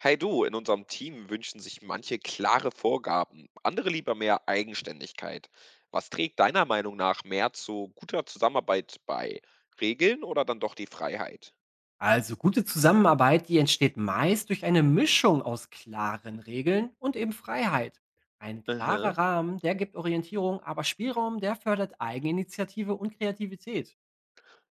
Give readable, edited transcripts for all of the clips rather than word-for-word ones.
Hey du, in unserem Team wünschen sich manche klare Vorgaben, andere lieber mehr Eigenständigkeit. Was trägt deiner Meinung nach mehr zu guter Zusammenarbeit bei? Regeln oder dann doch die Freiheit? Also gute Zusammenarbeit, die entsteht meist durch eine Mischung aus klaren Regeln und eben Freiheit. Ein Mhm. klarer Rahmen, der gibt Orientierung, aber Spielraum, der fördert Eigeninitiative und Kreativität.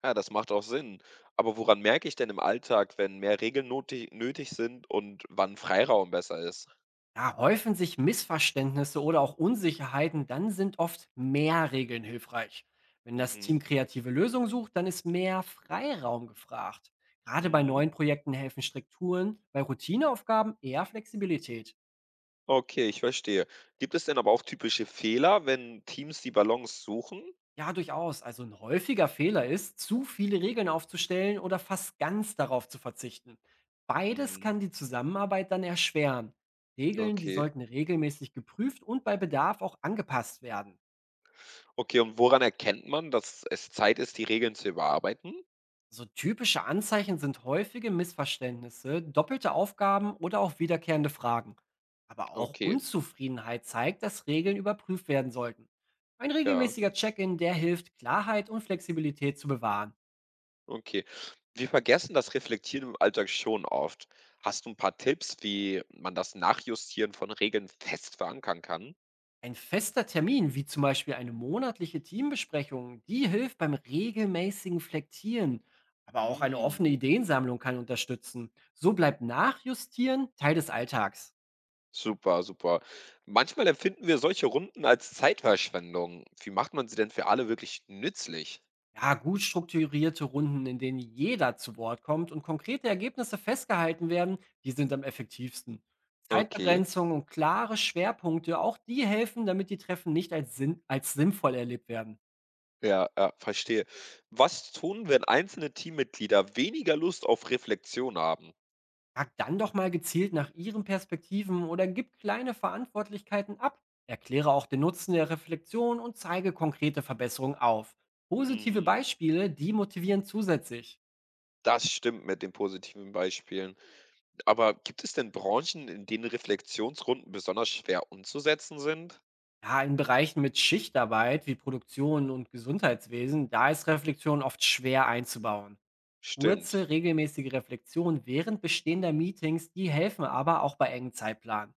Ja, das macht auch Sinn. Aber woran merke ich denn im Alltag, wenn mehr Regeln nötig sind und wann Freiraum besser ist? Da häufen sich Missverständnisse oder auch Unsicherheiten, dann sind oft mehr Regeln hilfreich. Wenn das Mhm. Team kreative Lösungen sucht, dann ist mehr Freiraum gefragt. Gerade bei Mhm. neuen Projekten helfen Strukturen, bei Routineaufgaben eher Flexibilität. Okay, ich verstehe. Gibt es denn aber auch typische Fehler, wenn Teams die Balance suchen? Ja, durchaus. Also ein häufiger Fehler ist, zu viele Regeln aufzustellen oder fast ganz darauf zu verzichten. Beides Mhm. kann die Zusammenarbeit dann erschweren. Regeln, die Okay. sollten regelmäßig geprüft und bei Bedarf auch angepasst werden. Okay, und woran erkennt man, dass es Zeit ist, die Regeln zu überarbeiten? So typische Anzeichen sind häufige Missverständnisse, doppelte Aufgaben oder auch wiederkehrende Fragen. Aber auch Okay, Unzufriedenheit zeigt, dass Regeln überprüft werden sollten. Ein ja, regelmäßiger Check-in, der hilft, Klarheit und Flexibilität zu bewahren. okay. Wir vergessen das Reflektieren im Alltag schon oft. Hast du ein paar Tipps, wie man das Nachjustieren von Regeln fest verankern kann? Ein fester Termin, wie zum Beispiel eine monatliche Teambesprechung, die hilft beim regelmäßigen Flektieren. Aber auch eine Hm, offene Ideensammlung kann unterstützen. So bleibt Nachjustieren Teil des Alltags. super, super. Manchmal empfinden wir solche Runden als Zeitverschwendung. Wie macht man sie denn für alle wirklich nützlich? Ja, gut strukturierte Runden, in denen jeder zu Wort kommt und konkrete Ergebnisse festgehalten werden, die sind am effektivsten. Okay, Zeitbegrenzung und klare Schwerpunkte, auch die helfen, damit die Treffen nicht als, sinn als sinnvoll erlebt werden. ja, ja, verstehe. Was tun, wenn einzelne Teammitglieder weniger Lust auf Reflexion haben? Frag dann doch mal gezielt nach ihren Perspektiven oder gib kleine Verantwortlichkeiten ab. Erkläre auch den Nutzen der Reflexion und zeige konkrete Verbesserungen auf. Positive Mhm. Beispiele, die motivieren zusätzlich. Das stimmt mit den positiven Beispielen. Aber gibt es denn Branchen, in denen Reflexionsrunden besonders schwer umzusetzen sind? Ja, in Bereichen mit Schichtarbeit wie Produktion und Gesundheitswesen, da ist Reflexion oft schwer einzubauen. Stimmt. Kurze, regelmäßige Reflexion während bestehender Meetings, die helfen aber auch bei engen Zeitplan.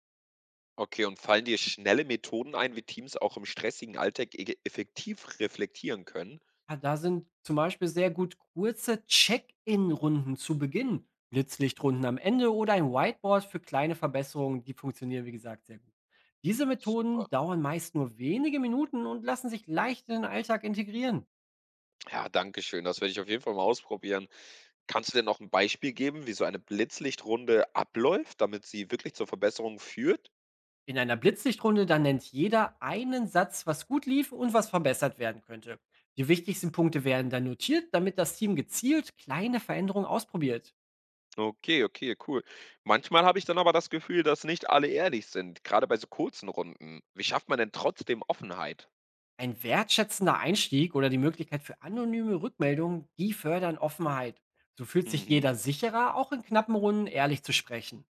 Okay, und fallen dir schnelle Methoden ein, wie Teams auch im stressigen Alltag e effektiv reflektieren können? Ah, da sind zum Beispiel sehr gut kurze Check-in-Runden zu Beginn, Blitzlichtrunden am Ende oder ein Whiteboard für kleine Verbesserungen, die funktionieren, wie gesagt, sehr gut. Diese Super. Methoden dauern meist nur wenige Minuten und lassen sich leicht in den Alltag integrieren. Ja, danke schön. Das werde ich auf jeden Fall mal ausprobieren. Kannst du denn noch ein Beispiel geben, wie so eine Blitzlichtrunde abläuft, damit sie wirklich zur Verbesserung führt? In einer Blitzlichtrunde dann nennt jeder einen Satz, was gut lief und was verbessert werden könnte. Die wichtigsten Punkte werden dann notiert, damit das Team gezielt kleine Veränderungen ausprobiert. Okay, okay, cool. Manchmal habe ich dann aber das Gefühl, dass nicht alle ehrlich sind, gerade bei so kurzen Runden. Wie schafft man denn trotzdem Offenheit? Ein wertschätzender Einstieg oder die Möglichkeit für anonyme Rückmeldungen, die fördern Offenheit. So fühlt sich Mhm. jeder sicherer, auch in knappen Runden ehrlich zu sprechen.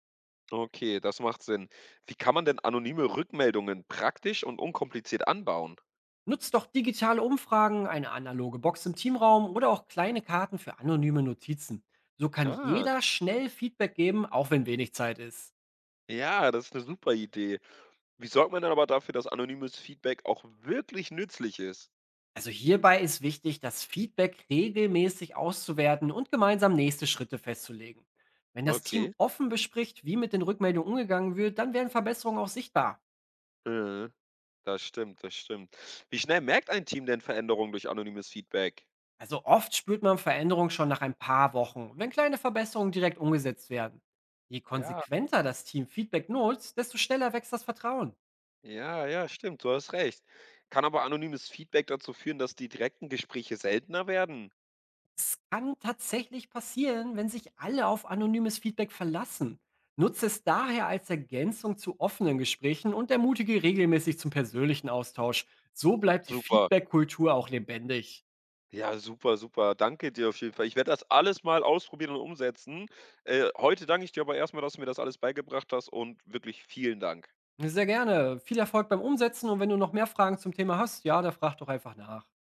Okay, das macht Sinn. Wie kann man denn anonyme Rückmeldungen praktisch und unkompliziert anbauen? Nutzt doch digitale Umfragen, eine analoge Box im Teamraum oder auch kleine Karten für anonyme Notizen. So kann Ah, jeder schnell Feedback geben, auch wenn wenig Zeit ist. ja, das ist eine super Idee. Wie sorgt man denn aber dafür, dass anonymes Feedback auch wirklich nützlich ist? Also hierbei ist wichtig, das Feedback regelmäßig auszuwerten und gemeinsam nächste Schritte festzulegen. Wenn das Team Okay. offen bespricht, wie mit den Rückmeldungen umgegangen wird, dann werden Verbesserungen auch sichtbar. äh, Das stimmt, das stimmt. Wie schnell merkt ein Team denn Veränderungen durch anonymes Feedback? Also oft spürt man Veränderungen schon nach ein paar Wochen, wenn kleine Verbesserungen direkt umgesetzt werden. Je Ja, konsequenter das Team Feedback nutzt, desto schneller wächst das Vertrauen. ja, ja, stimmt, du hast recht. Kann aber anonymes Feedback dazu führen, dass die direkten Gespräche seltener werden. Es kann tatsächlich passieren, wenn sich alle auf anonymes Feedback verlassen. Nutze es daher als Ergänzung zu offenen Gesprächen und ermutige regelmäßig zum persönlichen Austausch. So bleibt die Super. Feedback-Kultur auch lebendig. Ja, super, super. Danke dir auf jeden Fall. Ich werde das alles mal ausprobieren und umsetzen. Heute danke ich dir aber erstmal, dass du mir das alles beigebracht hast und wirklich vielen Dank. Sehr gerne. Viel Erfolg beim Umsetzen und wenn du noch mehr Fragen zum Thema hast, ja, da frag doch einfach nach.